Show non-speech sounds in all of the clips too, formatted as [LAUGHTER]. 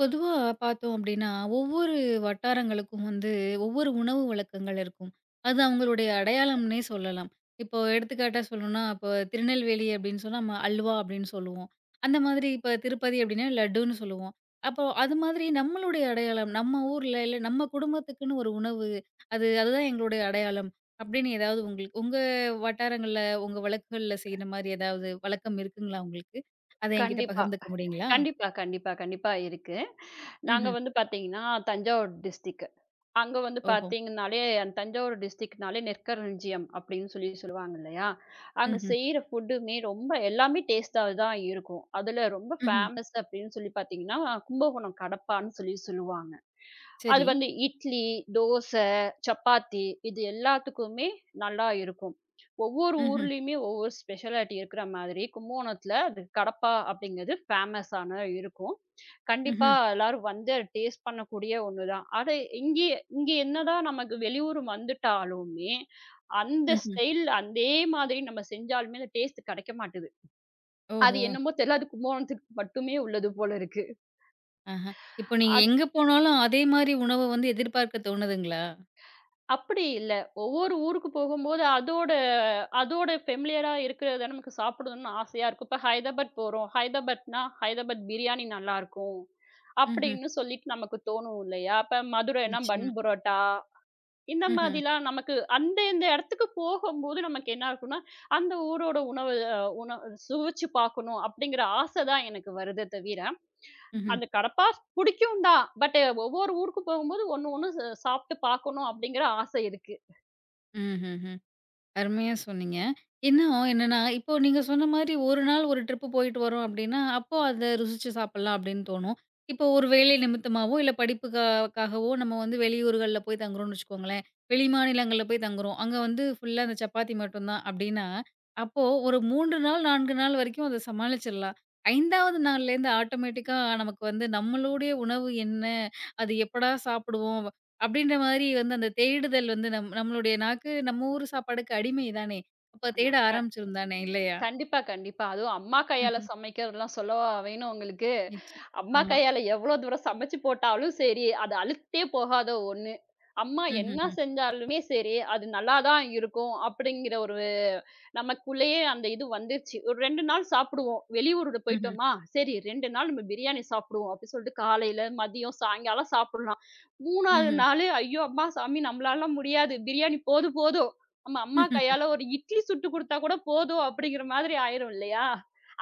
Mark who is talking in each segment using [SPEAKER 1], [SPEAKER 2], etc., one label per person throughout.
[SPEAKER 1] பொதுவா பார்த்தோம் அப்டின்னா, ஒவ்வொரு வட்டாரங்களுக்கும் வந்து ஒவ்வொரு உணவு வழக்கங்கள் இருக்கும். அது அவங்களுடைய அடையாளம்னே சொல்லலாம். இப்போ எடுத்துக்காட்டா சொல்லணும்னா, இப்போ திருநெல்வேலி அப்டின்னு சொன்னா நம்ம அல்வா அப்டின்னு சொல்லுவோம். அந்த மாதிரி இப்ப திருப்பதி அப்டின்னா லட்டுன்னு சொல்லுவோம். அப்போ அது மாதிரி நம்மளுடைய அடையாளம், நம்ம ஊர்ல இல்ல நம்ம குடும்பத்துக்குன்னு ஒரு உணவு, அதுதான் எங்களுடைய அடையாளம் அப்டின்னு ஏதாவது உங்களுக்கு உங்க வட்டாரங்கள்ல, உங்க வழக்குகள்ல செய்ற மாரி ஏதாவது வழக்கம் இருக்குங்களா உங்களுக்கு? அத என்கிட்ட
[SPEAKER 2] கண்டிப்பா.
[SPEAKER 1] பகிர்ந்துக்க முடியுங்களா?
[SPEAKER 2] கண்டிப்பா, கண்டிப்பா, கண்டிப்பா இருக்கு. நாங்க
[SPEAKER 1] ம்ஹ்ம்.
[SPEAKER 2] வந்து பார்த்தீங்கன்னா, தஞ்சாவூர் டிஸ்ட்ரிக்ட். அங்க வந்து
[SPEAKER 1] ஓஹோ!
[SPEAKER 2] பார்த்தீங்கனாலே, அந்த தஞ்சாவூர் டிஸ்ட்ரிக்ட்னாலே நெற்களஞ்சியம் அப்டின்னு சொல்லி சொல்லுவாங்க இல்லையா? அங்க
[SPEAKER 1] ம்ஹ்ம்.
[SPEAKER 2] செய்ற ஃபுட்டுமே ரொம்ப எல்லாமே டேஸ்ட்டா தான் இருக்கும். அதுல ரொம்ப
[SPEAKER 1] ம்ஹ்ம்.
[SPEAKER 2] ஃபேமஸ் அப்டின்னு சொல்லி பார்த்தீங்கன்னா, கும்பகோணம் கடப்பான்னு சொல்லி சொல்லுவாங்க. அது
[SPEAKER 1] சரி.
[SPEAKER 2] வந்து இட்லி, தோசை, சப்பாத்தி இது எல்லாத்துக்குமே நல்லா இருக்கும். ஒவ்வொரு
[SPEAKER 1] ம்ஹ்ம்,
[SPEAKER 2] ஊர்லயுமே ஒவ்வொரு ஸ்பெஷாலிட்டி இருக்கிற மாதிரி கும்பகோணத்துல அது கடப்பா அப்படிங்கிறது ஃபேமஸ் ஆன இருக்கும். கண்டிப்பா
[SPEAKER 1] ம்ஹ்ம்,
[SPEAKER 2] எல்லாரும் வந்து அத டேஸ்ட் பண்ணக்கூடிய ஒண்ணுதான். அது இங்கேயே இங்க என்னதான் நமக்கு வெளியூர் வந்துட்டாலுமே, அந்த
[SPEAKER 1] ம்ஹ்ம்.
[SPEAKER 2] ஸ்டைல் அதே மாதிரி நம்ம செஞ்சாலுமே அந்த டேஸ்ட் கிடைக்க மாட்டுது. அது
[SPEAKER 1] ஓஹோ!
[SPEAKER 2] என்னமோ தெரியல. அது கும்பகோணத்துக்கு மட்டுமே உள்ளது போல இருக்கு.
[SPEAKER 1] ஆஹா. இப்போ நீங்க எங்க போனாலும் அதே மாரி உணவ வந்து எதிர்பார்க்க தோணுதுங்களா?
[SPEAKER 2] அப்படி இல்ல. ஒவ்வொரு ஊருக்கு போகும்போது, அதோட அதோட ஃபெமிலியரா இருக்கிறத நமக்கு சாப்பிடணும்னு ஆசையா இருக்கும். இப்ப ஹைதராபாத் போறோம். ஹைதராபாத்னா, ஹைதராபாத் பிரியாணி நல்லாருக்கும்.
[SPEAKER 1] ம்ஹ்ம்.
[SPEAKER 2] அப்படின்னு சொல்லிட்டு நமக்கு தோணும் இல்லையா? அப்ப மதுரைன்னா பன்
[SPEAKER 1] நிச்சயமா.
[SPEAKER 2] புரோட்டா. இந்த
[SPEAKER 1] ம்ஹ்ம்,
[SPEAKER 2] மாதிரிலாம் நமக்கு அந்த இந்த இடத்துக்கு போகும்போது நமக்கு என்ன இருக்கும்னா, அந்த ஊரோட உணவு அ உண சுவைச்சு பார்க்கணும் அப்படிங்கிற ஆசை தான் எனக்கு வருதே தவிர,
[SPEAKER 1] ம்ஹ்ம்,
[SPEAKER 2] அந்த கடப்பா பிடிக்கும் தான். ஒவ்வொரு ஊருக்கு போகும்போது ஒண்ணு ஒண்ணு சாப்பிட்டு பார்க்கணும் அப்படிங்கிற ஆசை இருக்கு.
[SPEAKER 1] ம்ஹ்ஹ்ம். அருமையா சொன்னீங்க. இன்னும் என்னன்னா, இப்போ நீங்க சொன்ன மாரி ஒரு நாள் ஒரு ட்ரிப்பு போயிட்டு வரோம் அப்டின்னா, அப்போ அத ருசிச்சு சாப்பிடலாம் அப்டின்னு தோணும். இப்போ ஒரு வேலை நிமித்தமாவோ, இல்ல காகவோ நம்ம வந்து வெளியூர்கள்ல போய் தங்குறோம்னு வச்சுக்கோங்களேன். வெளி மாநிலங்கள்ல போய் தங்குறோம். அங்க வந்து ஃபுல்லா அந்த சப்பாத்தி மட்டும்தான் அப்டின்னா, அப்போ ஒரு 3 நாள், 4 நாள் வரைக்கும் அத சமாளிச்சிடலாம். 5வது நாள்லேருந்து ஆட்டோமேட்டிக்கா நமக்கு வந்து நம்மளுடைய உணவு என்ன? அது எப்படா சாப்பிடுவோம்? அப்படின்ற மாதிரி வந்து அந்த தேடுதல் வந்து நம்மளுடைய நாக்கு நம்ம ஊர் சாப்பாடுக்கு அடிமை தானே! அப்ப
[SPEAKER 2] ஆனா
[SPEAKER 1] தேட ஆரம்பிச்சிரும் தானே இல்லையா?
[SPEAKER 2] கண்டிப்பா, கண்டிப்பா. அதுவும் அம்மா கையால
[SPEAKER 1] ம்ஹ்ம்.
[SPEAKER 2] சமைக்கிறதெல்லாம் சொல்லவா வேணும் உங்களுக்கு.
[SPEAKER 1] நிச்சயம்.
[SPEAKER 2] அம்மா
[SPEAKER 1] ஆமா.
[SPEAKER 2] கையால எவ்வளோ தூரம் சமைச்சு போட்டாலும் சரி, அது அழுத்தே போகாத ஒண்ணு. அம்மா என்ன
[SPEAKER 1] ம்ஹ்ஹ்ம்.
[SPEAKER 2] செஞ்சாலுமே சரி, அது நல்லா தான் இருக்கும் அப்படிங்கிற ஒரு நமக்குள்ளேயே அந்த இது வந்துருச்சு. ஒரு 2 நாள் சாப்பிடுவோம். வெளியூருக்கு
[SPEAKER 1] ம்ஹ்ம்.
[SPEAKER 2] போயிட்டோமா, சரி 2 நாள் நம்ம பிரியாணி சாப்பிடுவோம் அப்டின்னு சொல்லிட்டு காலையில, மதியம், சாயங்காலம் சாப்பிடலாம்.
[SPEAKER 1] ம்ஹ்ம்.
[SPEAKER 2] 3வது
[SPEAKER 1] ம்ஹ்ம்.
[SPEAKER 2] நாளு ஐயோ! அப்பா சாமி நம்மளால முடியாது. பிரியாணி போதும் போதும். நம்ம அம்மா
[SPEAKER 1] [LAUGHS]
[SPEAKER 2] கையால ஒரு இட்லி சுட்டு குடுத்தா கூட போதும் அப்டிங்கிற மாதிரி ஆயிரும் இல்லையா?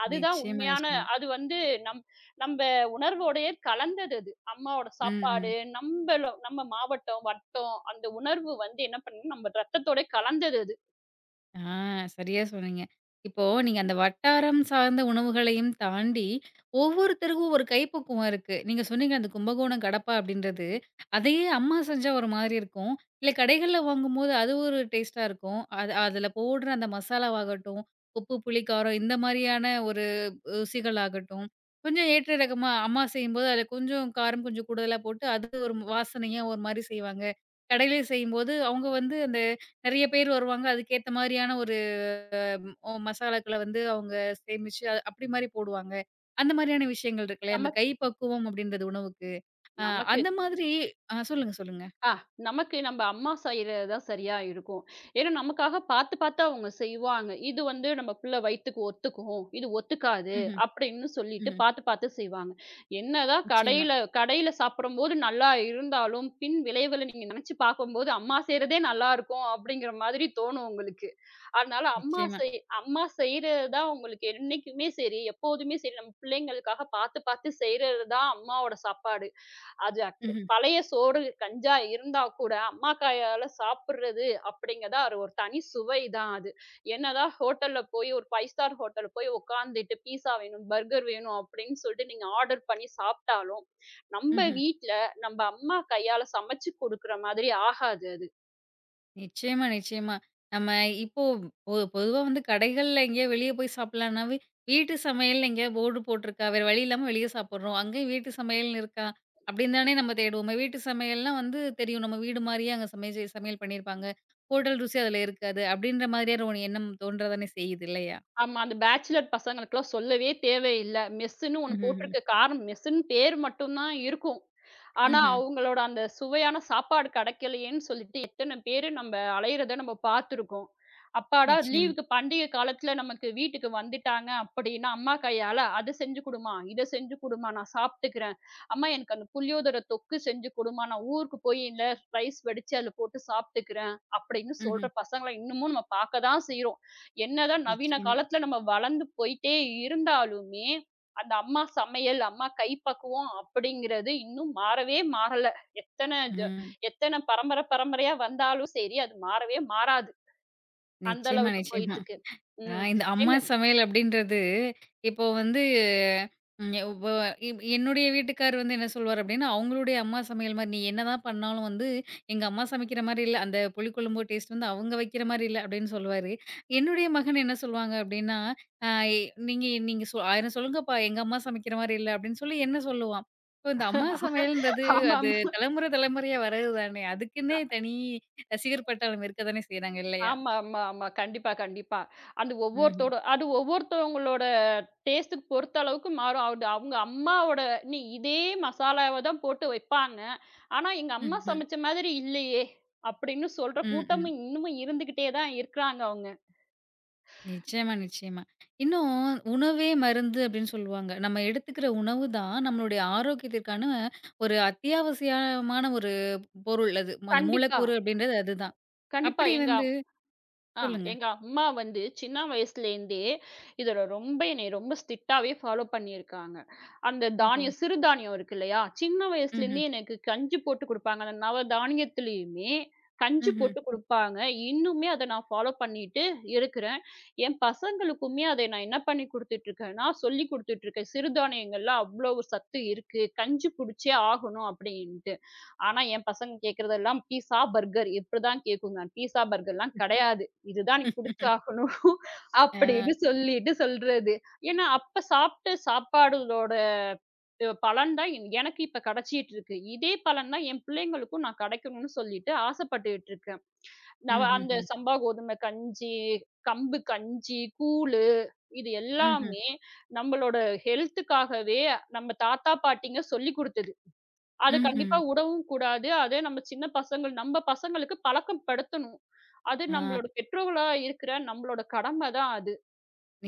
[SPEAKER 2] அதுதான்
[SPEAKER 1] நிச்சயமா,
[SPEAKER 2] உண்மையான
[SPEAKER 1] நிச்சயமா.
[SPEAKER 2] அது வந்து நம் நம்ப உணர்வோடயே கலந்தது அது. அம்மாவோட
[SPEAKER 1] ம்,
[SPEAKER 2] சாப்பாடு,
[SPEAKER 1] ம்.
[SPEAKER 2] நம்ம மாவட்டம், வட்டம் அந்த உணர்வு வந்து என்ன பண்ணும் நம்ம ரத்தத்தோட கலந்தது அது.
[SPEAKER 1] ஆ சரியா சொன்னீங்க. இப்போ நீங்க அந்த வட்டாரம் சார்ந்த உணவுகளையும் தாண்டி, ஒவ்வொருத்தருக்கும் ஒரு கைப்பக்குவம் இருக்கு. நீங்க சொன்னீங்க அந்த கும்பகோணம் கடப்பா அப்படின்றது, அதையே அம்மா செஞ்சா ஒரு மாதிரி இருக்கும். இல்ல கடைகள்ல வாங்கும்போது அது ஒரு டேஸ்ட்டா இருக்கும். அது அதுல போடுற அந்த மசாலாவாகட்டும், உப்பு, புளி, காரம் இந்த மாரியான ஒரு ருசிகள் ஆகட்டும், கொஞ்சம் ஏற்ற இறக்கமா அம்மா செய்யும்போது அதுல கொஞ்சம் காரம் கொஞ்சம் கூடுதலா போட்டு, அது ஒரு வாசனையா ஒரு மாரி செய்வாங்க. கடையில செய்யும்போது அவங்க வந்து அந்த நெறைய பேர் வருவாங்க. அதுக்கேத்த மாரியான ஒரு மசாலாக்கள வந்து அவங்க சேமிச்சு அப்படி மாரி போடுவாங்க. அந்த மாரியான விஷயங்கள் இருக்குல்லையா? அந்த
[SPEAKER 2] நமக்
[SPEAKER 1] கை பக்குவம் அப்படின்றது உணவுக்கு. அ
[SPEAKER 2] நமக்கு
[SPEAKER 1] அந்த மாதிரி ஆ சொல்லுங்க, சொல்லுங்க.
[SPEAKER 2] ஆ நமக்கு நம்ம அம்மா செய்றது தான் சரியா இருக்கும். ஏன்னா, நமக்காக பார்த்து, பார்த்து அவங்க செய்வாங்க. இது வந்து நம்ம பிள்ளை வயித்துக்கு ஒத்துக்கும். இது ஒத்துக்காது
[SPEAKER 1] ம்ஹ்ம்,
[SPEAKER 2] அப்படின்னு சொல்லிட்டு
[SPEAKER 1] ம்ஹ்ம்.
[SPEAKER 2] பார்த்து, பார்த்து செய்வாங்க. என்னதான்
[SPEAKER 1] நிச்சயமா,
[SPEAKER 2] கடையில கடையில சாப்பிடும்போது நல்லா இருந்தாலும், பின் விளைவுகள நீங்க நினைச்சு பார்க்கும்போது, அம்மா செய்றதே நல்லாருக்கும் அப்படிங்கிற மாதிரி தோணும் உங்களுக்கு. அதனால
[SPEAKER 1] நிச்சயமா.
[SPEAKER 2] அம்மா செய்றது தான் உங்களுக்கு என்னைக்குமே சரி, எப்போதுமே சரி, நம்ம பிள்ளைங்களுக்காக பார்த்து, பார்த்து செய்றது தான் அம்மாவோட சாப்பாடு. அது அக்
[SPEAKER 1] ம்ஹ்ம்,
[SPEAKER 2] பழைய சோறு, கஞ்சா இருந்தா கூட, அம்மா கையால சாப்பிடுறது அப்படிங்கிறது அது ஒரு தனி சுவை தான் அது. என்னதான் ஹோட்டல்ல போய் ஒரு 5 ஸ்டார் ஹோட்டல்ல போய் உட்கார்ந்துட்டு பீஸா வேணும், பர்கர் வேணும் அப்படின்னு சொல்லிட்டு நீங்க ஆர்டர் பண்ணி சாப்பிட்டாலும், நம்ப
[SPEAKER 1] ம்ஹ்ம்.
[SPEAKER 2] வீட்ல நம்ப அம்மா கையால சமைச்சு குடுக்குற மாதிரி ஆகாது அது.
[SPEAKER 1] நிச்சயமா, நிச்சயமா. நம்ம இப்போ பொதுவா வந்து கடைகள்ல எங்கேயோ வெளிய போய் சாப்பிடலாம்னாவே, வீட்டு சமையல்னு எங்கேயோ போர்டு போட்டிருக்கா, வேற வழி இல்லாம வெளிய சாப்பிடுறோம். அங்கேயும் வீட்டு சமையல்னு இருக்கா? அப்படின்னு தானே நம்ம தேடுவோமே. வீட்டு சமையல்னா வந்து தெரியும். நம்ம வீடு மாரியே அங்க சமைச்சு சமையல் பண்ணியிருப்பாங்க. ஹோட்டல் ருசி அதில இருக்காது. அப்படின்ற மாதிரியான ஒரு எண்ணம் தோன்ற தானே செய்யுது இல்லையா?
[SPEAKER 2] ஆமா, அந்த பேச்சுலர் பசங்களுக்கெல்லாம் சொல்லவே தேவையில்ல. மெஸ்ஸுன்னு ஒண்ணு
[SPEAKER 1] ம்ஹ்ஹ்ம்.
[SPEAKER 2] போட்டிருக்க காரணம் மெஸ்ஸுன்னு பேர் மட்டும் தான் இருக்கும். ஆனா,
[SPEAKER 1] ம்ஹ்ம்.
[SPEAKER 2] அவங்களோட அந்த சுவையான சாப்பாடு கெடைக்கலையேன்னு சொல்லிட்டு எத்தன பேரு நம்ம அலையிறத நம்ம பார்த்துருக்கோம். அப்பாடா
[SPEAKER 1] நிச்சயமா.
[SPEAKER 2] லீவுக்கு பண்டிகை காலத்துல நமக்கு வீட்டுக்கு வந்துட்டாங்க அப்படின்னா, அம்மா கையால "அத செஞ்சு குடுமா, இத செஞ்சு குடுமா, நான் சாப்பிட்டுக்கிறேன். அம்மா எனக்கு அந்த புளியோதரை தொக்கு செஞ்சு குடுமா, நான் ஊருக்கு போய் இல்ல ரைஸ் வடிச்சு அதுல போட்டு சாப்பிட்டுக்கிறேன்." அப்படின்னு
[SPEAKER 1] ம்ஹ்ம்.
[SPEAKER 2] சொல்ற பசங்கள இன்னமும் நம்ம பார்க்க தான் செய்றோம். என்னதான் நவீன
[SPEAKER 1] நிச்சயமா.
[SPEAKER 2] காலத்துல நம்ம வளர்ந்து போயிட்டே இருந்தாலுமே, அந்த அம்மா சமையல், அம்மா கைப்பக்குவம் அப்படிங்கிறது இன்னும் மாறவே மாறல. எத்தன ஜ
[SPEAKER 1] ம்.
[SPEAKER 2] எத்தன பரம்பரையா வந்தாலும் சரி, அது மாறவே மாறாது. அந்த
[SPEAKER 1] நிச்சயமா,
[SPEAKER 2] அளவுக்கு
[SPEAKER 1] நிச்சயமா.
[SPEAKER 2] போயிட்டுருக்கு.
[SPEAKER 1] ஆ
[SPEAKER 2] ம்.
[SPEAKER 1] இந்த அம்மா
[SPEAKER 2] எங்க
[SPEAKER 1] சமையல் அப்படின்றது, இப்போ வந்து ம். இப்போ என்னுடைய வீட்டுக்கார் வந்து என்ன சொல்வார் அப்டின்னா, அவங்களுடைய அம்மா சமையல் மாரி நீ என்னதான் பண்ணாலும் வந்து, எங்க அம்மா சமைக்கிற மாரி இல்ல. அந்த புளிக்குழம்பு டேஸ்ட் வந்து அவங்க வைக்கிற மாரி இல்ல அப்டின்னு சொல்லுவாரு. என்னுடைய மகன் என்ன சொல்வாங்க அப்டின்னா, அ நீங்க நீங்க 1000 சொல்லுங்கப்பா எங்க அம்மா சமைக்கிற மாரி இல்ல அப்டின்னு சொல்லி என்ன சொல்லுவான். இப்போ இந்த அம்மா சமையல்ன்றது அது
[SPEAKER 2] ஆமாமா.
[SPEAKER 1] தலைமுறை தலைமுறையா வர்றது தானே. அதுக்குன்னே தனி ரசிகர் பட்டாளம் இருக்க தானே செய்றாங்க இல்லையா?
[SPEAKER 2] ஆமா, ஆமா, ஆமா. ஆமா கண்டிப்பா, கண்டிப்பா.
[SPEAKER 1] ம்ஹ்ம்.
[SPEAKER 2] அது ஒவ்வொருத்தவங்களோட டேஸ்ட்டுக்கு பொறுத்த அளவுக்கு மாறும். அது அவங்க அம்மாவோட நீ இதே மசாலாவ தான் போட்டு வைப்பாங்க. ஆனா, எங்க அம்மா
[SPEAKER 1] ம்ஹ்ம்.
[SPEAKER 2] சமைச்ச மாதிரி இல்லையே! அப்படின்னு சொல்ற
[SPEAKER 1] ம், ம்.
[SPEAKER 2] கூட்டமும் இன்னமும் இருந்துகிட்டே தான் இருக்கிறாங்க அவங்க.
[SPEAKER 1] நிச்சயமா, நிச்சயமா. இன்னும் உணவே மருந்து அப்டின்னு சொல்லுவாங்க. நம்ம எடுத்துக்கிற உணவு தான் நம்மளுடைய ஆரோக்கியத்திற்கான ஒரு அத்தியாவசியமான ஒரு பொருள் அது. அந்த
[SPEAKER 2] கண்டிப்பா.
[SPEAKER 1] மூலக்கூறு அப்டின்றது அதுதான்.
[SPEAKER 2] கண்டிப்பா.
[SPEAKER 1] அப்படி வந்து
[SPEAKER 2] ஆ
[SPEAKER 1] சொல்லுங்க.
[SPEAKER 2] எங்க அம்மா வந்து சின்ன வயசுலேருந்தே இதில ரொம்ப என்னைய ரொம்ப ஸ்ட்ரிக்டாவே ஃபாலோ பண்ணியிருக்காங்க. அந்த
[SPEAKER 1] ஓஹோ!
[SPEAKER 2] தானியம் சிறுதானியம் இருக்கு இல்லையா? சின்ன
[SPEAKER 1] ம்ஹ்ம்.
[SPEAKER 2] வயசுலேருந்தே எனக்கு கஞ்சி போட்டு குடுப்பாங்க. அந்த நவதானியத்திலயுமே கஞ்சி
[SPEAKER 1] ம்ஹ்ம்.
[SPEAKER 2] போட்டு குடுப்பாங்க. இன்னுமே அத நான் ஃபாலோ பண்ணிட்டு இருக்கிறேன். என் பசங்களுக்குமே அதை நான் என்ன பண்ணி குடுத்துட்டுருக்கேன்னா, சொல்லிக் குடுத்துட்டுருக்கேன். சிறுதானியங்கள்ல அவ்வளோ சத்து இருக்கு. கஞ்சி குடிச்சே ஆகணும் அப்படின்ட்டு. ஆனா, என் பசங்க கேட்கிறதெல்லாம் பீஸா, பர்கர் இப்படிதான் கேட்குங்க. பீஸா, பர்கர்லாம் கிடையாது. இதுதான் எனக்கு குடிச்சாகணும் [LAUGHS] அப்படின்னு
[SPEAKER 1] ம்ஹ்ம்.
[SPEAKER 2] சொல்லிட்டு சொல்றது. ஏன்னா, அப்ப சாப்பிட்ட சாப்பாடுகளோட பலன் தான் எனக்கு இப்ப கிடைச்சிட்டு இருக்கு. இதே பலன் தான் என் பிள்ளைங்களுக்கும் நான் கிடைக்கணும்னு சொல்லிட்டு ஆசைப்பட்டுட்டு இருக்கேன்.
[SPEAKER 1] அ
[SPEAKER 2] நான் அந்த
[SPEAKER 1] ம்ஹ்ஹ்ம்.
[SPEAKER 2] சம்பா கோதுமை கஞ்சி, கம்பு கஞ்சி, கூழு இது
[SPEAKER 1] ம்ஹ்ம்.
[SPEAKER 2] எல்லாமே நம்மளோட ஹெல்த்துக்காகவே நம்ம தாத்தா, பாட்டிங்க சொல்லிக் குடுத்தது. அது
[SPEAKER 1] ம்ஹ்ம்.
[SPEAKER 2] கண்டிப்பா உடவும் கூடாது. அதே நம்ம சின்ன பசங்கள் நம்ம பசங்களுக்கு பழக்கம் படுத்தணும். அது
[SPEAKER 1] ஆ.
[SPEAKER 2] நம்மளோட பெற்றோர்களா இருக்கிற நம்மளோட கடமை தான் அது.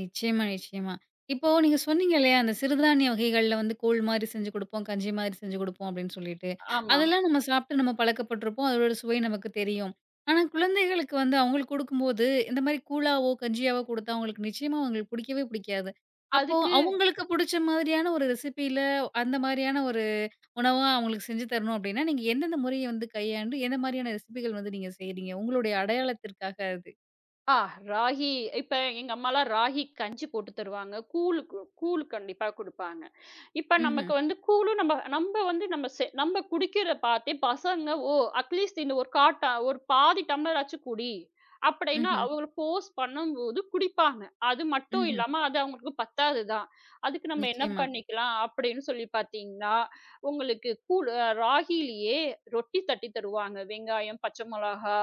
[SPEAKER 1] நிச்சயமா, நிச்சயமா. இப்போ நீங்க சொன்னீங்க இல்லையா, அந்த சிறுதானிய வகைகள்ல வந்து கூழ் மாரி செஞ்சு குடுப்போம், கஞ்சி மாதிரி செஞ்சு குடுப்போம் அப்படின்னு சொல்லிட்டு.
[SPEAKER 2] ஆமா.
[SPEAKER 1] அதெல்லாம் நம்ம சாப்பிட்டு நம்ம பழக்கப்பட்டுருப்போம். அதோட சுவை நமக்கு தெரியும். ஆனா குழந்தைகளுக்கு வந்து அவங்களுக்கு குடுக்கும்போது, இந்த மாரி கூழாவோ, கஞ்சியாவோ குடுத்தா அவங்களுக்கு நிச்சயமா அவங்களுக்கு பிடிக்கவே பிடிக்காது. அப்போ
[SPEAKER 2] அதுக்கு
[SPEAKER 1] அவங்களுக்கு புடிச்ச மாதிரியான ஒரு ரெசிபியில அந்த மாதிரியான ஒரு உணவா அவங்களுக்கு செஞ்சு தரணும் அப்படின்னா, நீங்க எந்தெந்த முறைய வந்து கையாண்டு, எந்த மாதிரியான ரெசிபிகள் வந்து நீங்க செய்றீங்க? உங்களுடைய அடையாளத்திற்காக அது.
[SPEAKER 2] ஆ ராகி இப்ப எங்க அம்மாலாம் ராகி கஞ்சி போட்டு தருவாங்க. கூழு கு கூழ் கண்டிப்பா குடுப்பாங்க. இப்ப
[SPEAKER 1] ம்ஹ்ம்,
[SPEAKER 2] நமக்கு வந்து கூழும் நம்ம வந்து நம்ம குடிக்கிறத பார்த்தே பசங்க, "ஓ! அட்லீஸ்ட் இந்த ஒரு காட்டா ஒரு பாதி டம்ளராச்சும் குடி." அப்படின்னு
[SPEAKER 1] ம்ஹ்ம்,
[SPEAKER 2] அவங்கள ஃபோர்ஸ் பண்ணும்போது குடிப்பாங்க. அது மட்டும்
[SPEAKER 1] ம்ஹ்ம்.
[SPEAKER 2] இல்லாம அது அவங்களுக்கு பத்தாது தான். அதுக்கு நம்ம என்ன
[SPEAKER 1] நிச்சயமா.
[SPEAKER 2] பண்ணிக்கலாம் அப்படின்னு சொல்லி பார்த்தீங்கன்னா, உங்களுக்கு கூழ் அ ராகியிலேயே ரொட்டி தட்டி தருவாங்க. வெங்காயம், பச்சை மிளகா,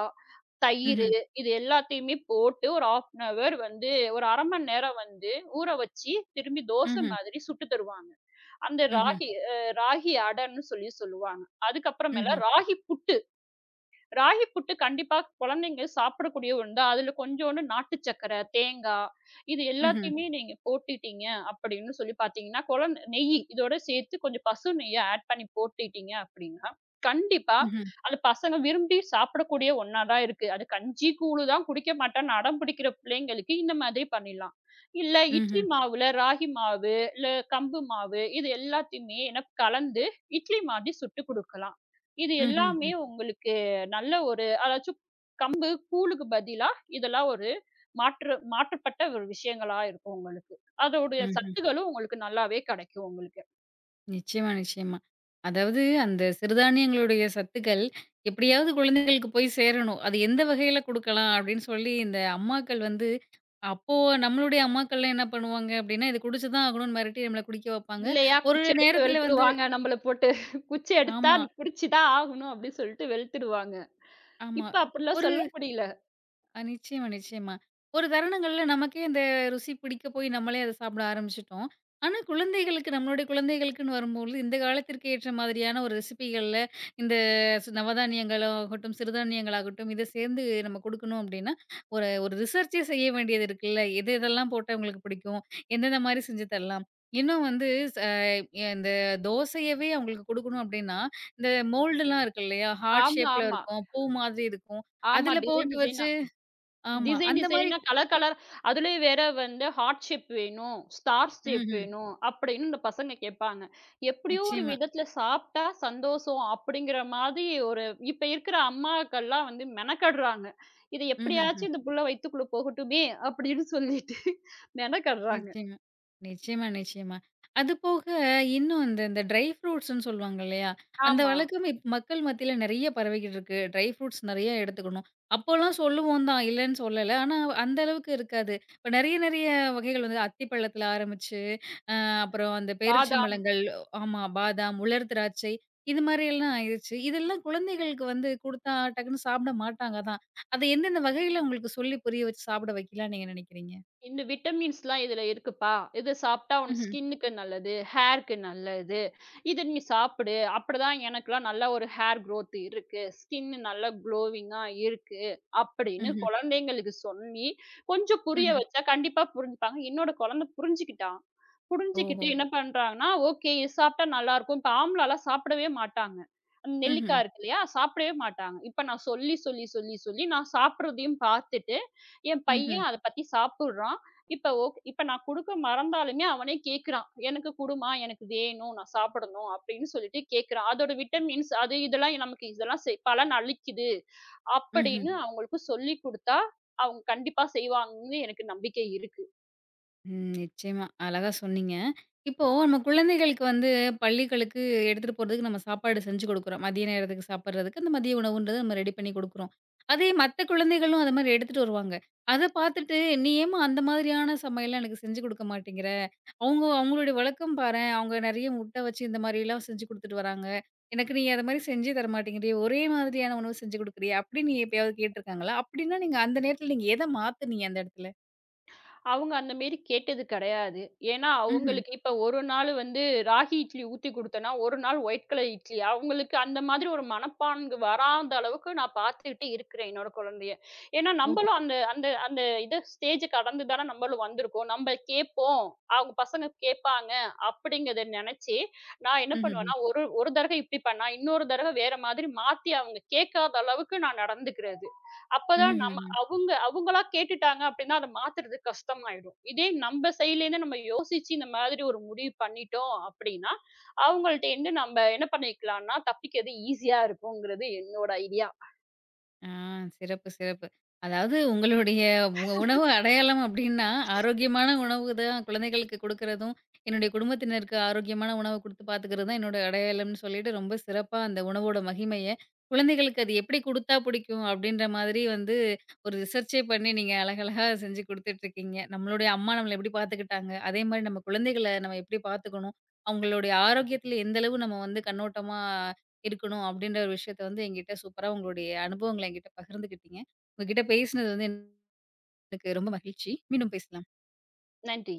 [SPEAKER 2] தயிர்
[SPEAKER 1] Mhm.
[SPEAKER 2] இது எல்லாத்தையுமே போட்டு ஒரு 1/2 அன் ஹவர் வந்து ஒரு 1/2 மணி நேரம் வந்து ஊற வச்சு, திரும்பி தோசை
[SPEAKER 1] Mhm.
[SPEAKER 2] மாதிரி சுட்டு தருவாங்க. அந்த
[SPEAKER 1] Mhm.
[SPEAKER 2] ராகி அ ராகி அடன்னு சொல்லி சொல்லுவாங்க. அதுக்கப்புறமேல
[SPEAKER 1] Mhm.
[SPEAKER 2] ராகி புட்டு. ராகி புட்டு கண்டிப்பா குழந்தைங்க சாப்பிடக்கூடிய ஒண்ணு தான். அதுல கொஞ்சோண்டு நாட்டு சர்க்கரை, தேங்காய் இது
[SPEAKER 1] Mhm.
[SPEAKER 2] எல்லாத்தையுமே நீங்க போட்டுட்டீங்க அப்படின்னு சொல்லி பார்த்தீங்கன்னா, குழந்தை நெய் இதோட சேர்த்து கொஞ்சம் பசு நெய்ய ஆட் பண்ணி போட்டுட்டீங்க அப்படின்னா, கண்டிப்பா
[SPEAKER 1] Mhm.
[SPEAKER 2] அது பசங்க விரும்பி சாப்பிடக்கூடிய ஒண்ணா தான் இருக்கு. அது கஞ்சி, கூழு தான் குடிக்க மாட்டேன்னு அடம் பிடிக்கிற பிள்ளைங்களுக்கு இந்த மாதிரி பண்ணிடலாம். இல்ல இட்லி
[SPEAKER 1] Mhm.
[SPEAKER 2] மாவுல ராகி மாவு, இல்ல கம்பு மாவு இது எல்லாத்தையுமே என்ன கலந்து இட்லி மாதிரி சுட்டு குடுக்கலாம். இது
[SPEAKER 1] Mhm.
[SPEAKER 2] எல்லாமே
[SPEAKER 1] ம்.
[SPEAKER 2] உங்களுக்கு நல்ல ஒரு அதாச்சும் கம்பு கூழுக்கு பதிலா, இதெல்லாம் ஒரு மாற்றப்பட்ட ஒரு விஷயங்களா இருக்கும் உங்களுக்கு. அதோடைய
[SPEAKER 1] ம்ஹ்ம்.
[SPEAKER 2] சத்துக்களும் உங்களுக்கு நல்லாவே கெடைக்கும் உங்களுக்கு.
[SPEAKER 1] நிச்சயமா, நிச்சயமா. அதாவது அந்த சிறுதானியங்களுடைய சத்துக்கள் எப்படியாவது குழந்தைகளுக்கு போய் சேரணும். அது எந்த வகையில குடுக்கலாம் அப்படின்னு சொல்லி இந்த அம்மாக்கள் வந்து அப்போ நம்மளுடைய அம்மாக்கள்லாம் என்ன பண்ணுவாங்க அப்படின்னா, "இது குடிச்சு தான் ஆகணும்னு" மிரட்டி நம்மள குடிக்க வைப்பாங்க.
[SPEAKER 2] இல்லையா,
[SPEAKER 1] ஒரு
[SPEAKER 2] குச்சி எடுத்து
[SPEAKER 1] நேரத்தில வந்து
[SPEAKER 2] வெளுத்துருவாங்க நம்மள போட்டு. குச்சி எடுத்தா
[SPEAKER 1] ஆமா,
[SPEAKER 2] பிடிச்சு தான் ஆகணும் அப்டின்னு சொல்லிட்டு வெளுத்துடுவாங்க.
[SPEAKER 1] ஆமா.
[SPEAKER 2] இப்ப அப்டிலாம்
[SPEAKER 1] ஒரு
[SPEAKER 2] சொல்ல முடியல.
[SPEAKER 1] நிச்சயமா, நிச்சயமா. ஒரு தருணங்கள்ல நமக்கே அந்த ருசி பிடிக்க போய் நம்மளே அத சாப்பிட ஆரம்பிச்சுட்டோம். ஆனா, குழந்தைகளுக்கு நம்மளுடைய குழந்தைகளுக்குன்னு வரும்போது, இந்த காலத்திற்கு ஏற்ற மாதிரியான ஒரு ரெசிபிகள்ல இந்த நவதானியங்களாகட்டும், சிறுதானியங்களாகட்டும், இத சேர்ந்து நம்ம குடுக்கணும் அப்டின்னா, ஒரு ஒரு ரிசர்ச்சே செய்ய வேண்டியது இருக்குல்ல. எது எதெல்லாம் போட்டா இவங்களுக்கு பிடிக்கும்? எந்தெந்த மாரி செஞ்சு தரலாம்? இன்னும் வந்து ச இந்த தோசையவே அவங்களுக்கு குடுக்கணும் அப்டின்னா, இந்த மோல்டுலாம் இருக்கு இல்லையா? ஹார்ட்
[SPEAKER 2] ஆமா,
[SPEAKER 1] ஷேப்ல
[SPEAKER 2] ஆமா.
[SPEAKER 1] இருக்கும். பூ மாதிரி இருக்கும்.
[SPEAKER 2] ஆமா.
[SPEAKER 1] அதுல
[SPEAKER 2] டிசைன்
[SPEAKER 1] போட்டு
[SPEAKER 2] டிசைன்
[SPEAKER 1] வச்சு ஆமா.
[SPEAKER 2] டிசைன்
[SPEAKER 1] அந்த மாரி
[SPEAKER 2] டிசைனா கலர் கலர் அதுலயும் வேற வந்து ஹார்ட் ஷேப் வேணும், ஸ்டார் ஷேப்
[SPEAKER 1] ம்ஹ்ம்.
[SPEAKER 2] வேணும் அப்படின்னு இந்த பசங்க கேட்பாங்க. எப்படியோ ஒரு
[SPEAKER 1] நிச்சயமா.
[SPEAKER 2] விதத்துல சாப்பிட்டா சந்தோஷம் அப்படிங்கிற மாதிரி ஒரு இப்ப இருக்கிற அம்மாக்கள்லாம் வந்து மெனக்கடுறாங்க. "இது
[SPEAKER 1] ம்ஹ்ஹ்ம்.
[SPEAKER 2] எப்படியாச்சும் இந்த புள்ள வயித்துக்குள்ள போகட்டுமே" அப்படின்னு சொல்லிட்டு மெனக்கடுறாங்க.
[SPEAKER 1] நிச்சயமா. நிச்சயமா, நிச்சயமா. அது போக இன்னும் இந்த இந்த ட்ரை ஃப்ரூட்ஸ்ன்னு சொல்லுவாங்க இல்லையா? அந்த
[SPEAKER 2] ஆமா.
[SPEAKER 1] வழக்கம் மக்கள் மத்தியில நெறைய பரவிக்கிட்டு இருக்கு. ட்ரை ஃப்ரூட்ஸ் நெறைய எடுத்துக்கணும். அப்போலாம் சொல்லுவோம் தான், இல்லன்னு சொல்லல. ஆனா அந்த அளவுக்கு இருக்காது. இப்ப நெறைய நெறைய வகைகள் வந்து அத்திப்பழத்துல ஆரம்பிச்சு அ அப்புறம் அந்த
[SPEAKER 2] பாதாம்
[SPEAKER 1] பேரிச்சம்பழங்கள், ஆமா பாதாம், உலர் திராட்சை இது மாரியெல்லாம் ஆயிருச்சு. இதெல்லாம் குழந்தைகளுக்கு வந்து குடுத்தா டக்குன்னு சாப்பிட மாட்டாங்க தான். அத எந்தெந்த வகையில உங்களுக்கு சொல்லி புரிய வச்சு சாப்பிட வைக்கலாம்னு நீங்க நினைக்கிறீங்க?
[SPEAKER 2] இந்த விட்டமின்ஸ்லாம் இதுல இருக்குப்பா. இது சாப்பிட்டா உன்
[SPEAKER 1] ம்ஹ்ம்,
[SPEAKER 2] ஸ்கின்னுக்கு நல்லது, ஹேருக்கு நல்லது. இத நீ சாப்பிடு. அப்பதான் எனக்கெல்லாம் நல்ல ஒரு ஹேர் குரோத் இருக்கு. ஸ்கின் நல்லா க்ளோவிங்கா இருக்கு. அப்படின்னு
[SPEAKER 1] ம்ஹ்ம்,
[SPEAKER 2] குழந்தைங்களுக்கு சொல்லி, கொஞ்சம் புரிய
[SPEAKER 1] ம்ஹ்ம்.
[SPEAKER 2] வச்சா கண்டிப்பா புரிஞ்சுப்பாங்க. என்னோட குழந்தை புரிஞ்சுக்கிட்டா. புரிஞ்சுகிட்டு
[SPEAKER 1] ஓஹோ!
[SPEAKER 2] என்ன பண்றாங்கன்னா, ஓகே இது சாப்பிட்டா நல்லாருக்கும். இப்ப ஆம்லாலாம் சாப்பிடவே மாட்டாங்க. அந்த
[SPEAKER 1] ம்ஹ்ம்,
[SPEAKER 2] நெல்லிக்காய் இருக்கு இல்லையா? சாப்பிடவே மாட்டாங்க. இப்ப நான் சொல்லி, சொல்லி, சொல்லி, சொல்லி நான் சாப்பிடுறதையும் பார்த்துட்டு என்
[SPEAKER 1] ம்ஹ்ம்,
[SPEAKER 2] பையன் அத பத்தி சாப்புட்றான். இப்ப நான் குடுக்க மறந்தாலுமே அவனே கேட்குறான். "எனக்கு குடும்மா, எனக்கு வேணும், நான் சாப்பிடணும்" அப்படின்னு சொல்லிட்டு கேட்குறான். அதோட விட்டமின்ஸ் அது இதெல்லாம் நமக்கு இதெல்லாம் பலன் அளிக்குது
[SPEAKER 1] ம்ஹ்ம்.
[SPEAKER 2] அப்படின்னு அவங்களுக்கு சொல்லிக் குடுத்தா, அவங்க கண்டிப்பா செய்வாங்கன்னு எனக்கு நம்பிக்கை இருக்கு.
[SPEAKER 1] ம். நிச்சயமா. அழகா சொன்னீங்க. இப்போ நம்ம குழந்தைகளுக்கு வந்து பள்ளிகளுக்கு எடுத்துட்டு போறதுக்கு நம்ம சாப்பாடு செஞ்சு குடுக்குறோம். மதிய நேரத்துக்கு சாப்பிடுறதுக்கு அந்த மதிய உணவுன்றத நம்ம ரெடி பண்ணி குடுக்குறோம். அதே மத்த குழந்தைகளும் அது மாரி எடுத்துட்டு வருவாங்க. அத பார்த்துட்டு, "நீ ஏம்மா அந்த மாதிரியான சமையல்லாம் எனக்கு செஞ்சு குடுக்க மாட்டேங்கிற? அவங்க அவங்களுடைய வழக்கம் பாரேன். அவங்க நெறைய முட்டை வச்சு இந்த மாரிலாம் செஞ்சு குடுத்துட்டு வராங்க. எனக்கு நீ அது மாரி செஞ்சே தர மாட்டேங்கிறியே! ஒரே மாதிரியான உணவு செஞ்சு குடுக்குறியே!" அப்படின்னு நீ எப்பயாவது கேட்டுருக்காங்களா? அப்படின்னா நீங்க அந்த நேரத்துல எத மாத்துனீங்க அந்த இடத்துல?
[SPEAKER 2] அவங்க அந்த மேரி கேட்டது கிடையாது. ஏன்னா,
[SPEAKER 1] ம்ஹ்ம்.
[SPEAKER 2] அவங்களுக்கு இப்ப ஒரு நாள் வந்து ராகி இட்லி ஊத்தி குடுத்தேன்னா, ஒரு நாள் ஒயிட் கலர் இட்லி. அவங்களுக்கு அந்த மாதிரி ஒரு மனப்பான்கு வராத அளவுக்கு நான் பார்த்துக்கிட்டு இருக்கிறேன் என்னோட குழந்தைய. ஏன்னா,
[SPEAKER 1] ஓஹோ!
[SPEAKER 2] நம்பளும் அந்த அந்த அந்த இத ஸ்டேஜ கடந்து தானே நம்பளும் வந்திருக்கோம். நம்ப கேட்போம், அவங்க பசங்க கேட்பாங்க அப்படிங்கிறத நெனச்சு, நான் என்ன
[SPEAKER 1] ம்ஹ்ம்.
[SPEAKER 2] பண்ணுவேன்னா, ஒரு ஒரு தடவ இப்படி பண்ணா, இன்னொரு தடவ வேற மாதிரி மாத்தி அவங்க கேட்காத அளவுக்கு நான் நடந்துக்கிறது. அப்பதான் நம்
[SPEAKER 1] ம்ஹ்ஹ்ம்.
[SPEAKER 2] அவங்க அவங்களா கேட்டுட்டாங்க அப்படின்னா, அத மாத்துறது கஷ்டமாயிடும். இதே நம்ப சைட்லேருந்து நம்ம யோசிச்சு இந்த மாதிரி ஒரு முடிவு பண்ணிட்டோம் அப்படின்னா, அவங்கள்ட்டேருந்து நம்ம என்ன பண்ணிக்கலாம்னா, தப்பிக்கிறது ஈஸியா இருக்குங்கிறது என்னோட ஐடியா.
[SPEAKER 1] ஆ சிறப்பு, சிறப்பு. அதாவது உங்களுடைய உணவு அடையாளம் அப்டின்னா, ஆரோக்கியமான உணவு தான் குழந்தைகளுக்கு குடுக்குறதும், என்னுடைய குடும்பத்தினருக்கு ஆரோக்கியமான உணவ குடுத்து பாத்துக்கிறது தான் என்னோட அடையாளம்னு சொல்லிட்டு, ரொம்ப சிறப்பா அந்த உணவோட மகிமைய, குழந்தைகளுக்கு அது எப்படி குடுத்தா புடிக்கும் அப்டின்ற மாதிரி வந்து ஒரு ரிசர்ச்சே பண்ணி நீங்க அழகழகா செஞ்சு குடுத்துட்ருக்கீங்க. நம்மளுடைய அம்மா நம்மள எப்படி பாத்துக்கிட்டாங்க, அதே மாரி நம்ம குழந்தைகள நம்ம எப்படி பாத்துக்கணும், அவங்களுடைய ஆரோக்கியத்தில எந்த அளவு நம்ம வந்து கண்ணோட்டமா இருக்கணும் அப்படின்ற ஒரு விஷயத்த வந்து என்கிட்ட சூப்பரா உங்களுடைய அனுபவங்கள என்கிட்ட பகிர்ந்துக்கிட்டீங்க. உங்ககிட்ட பேசினது வந்து எனக்கு ரொம்ப மகிழ்ச்சி. மீண்டும் பேசலாம்.
[SPEAKER 2] நன்றி.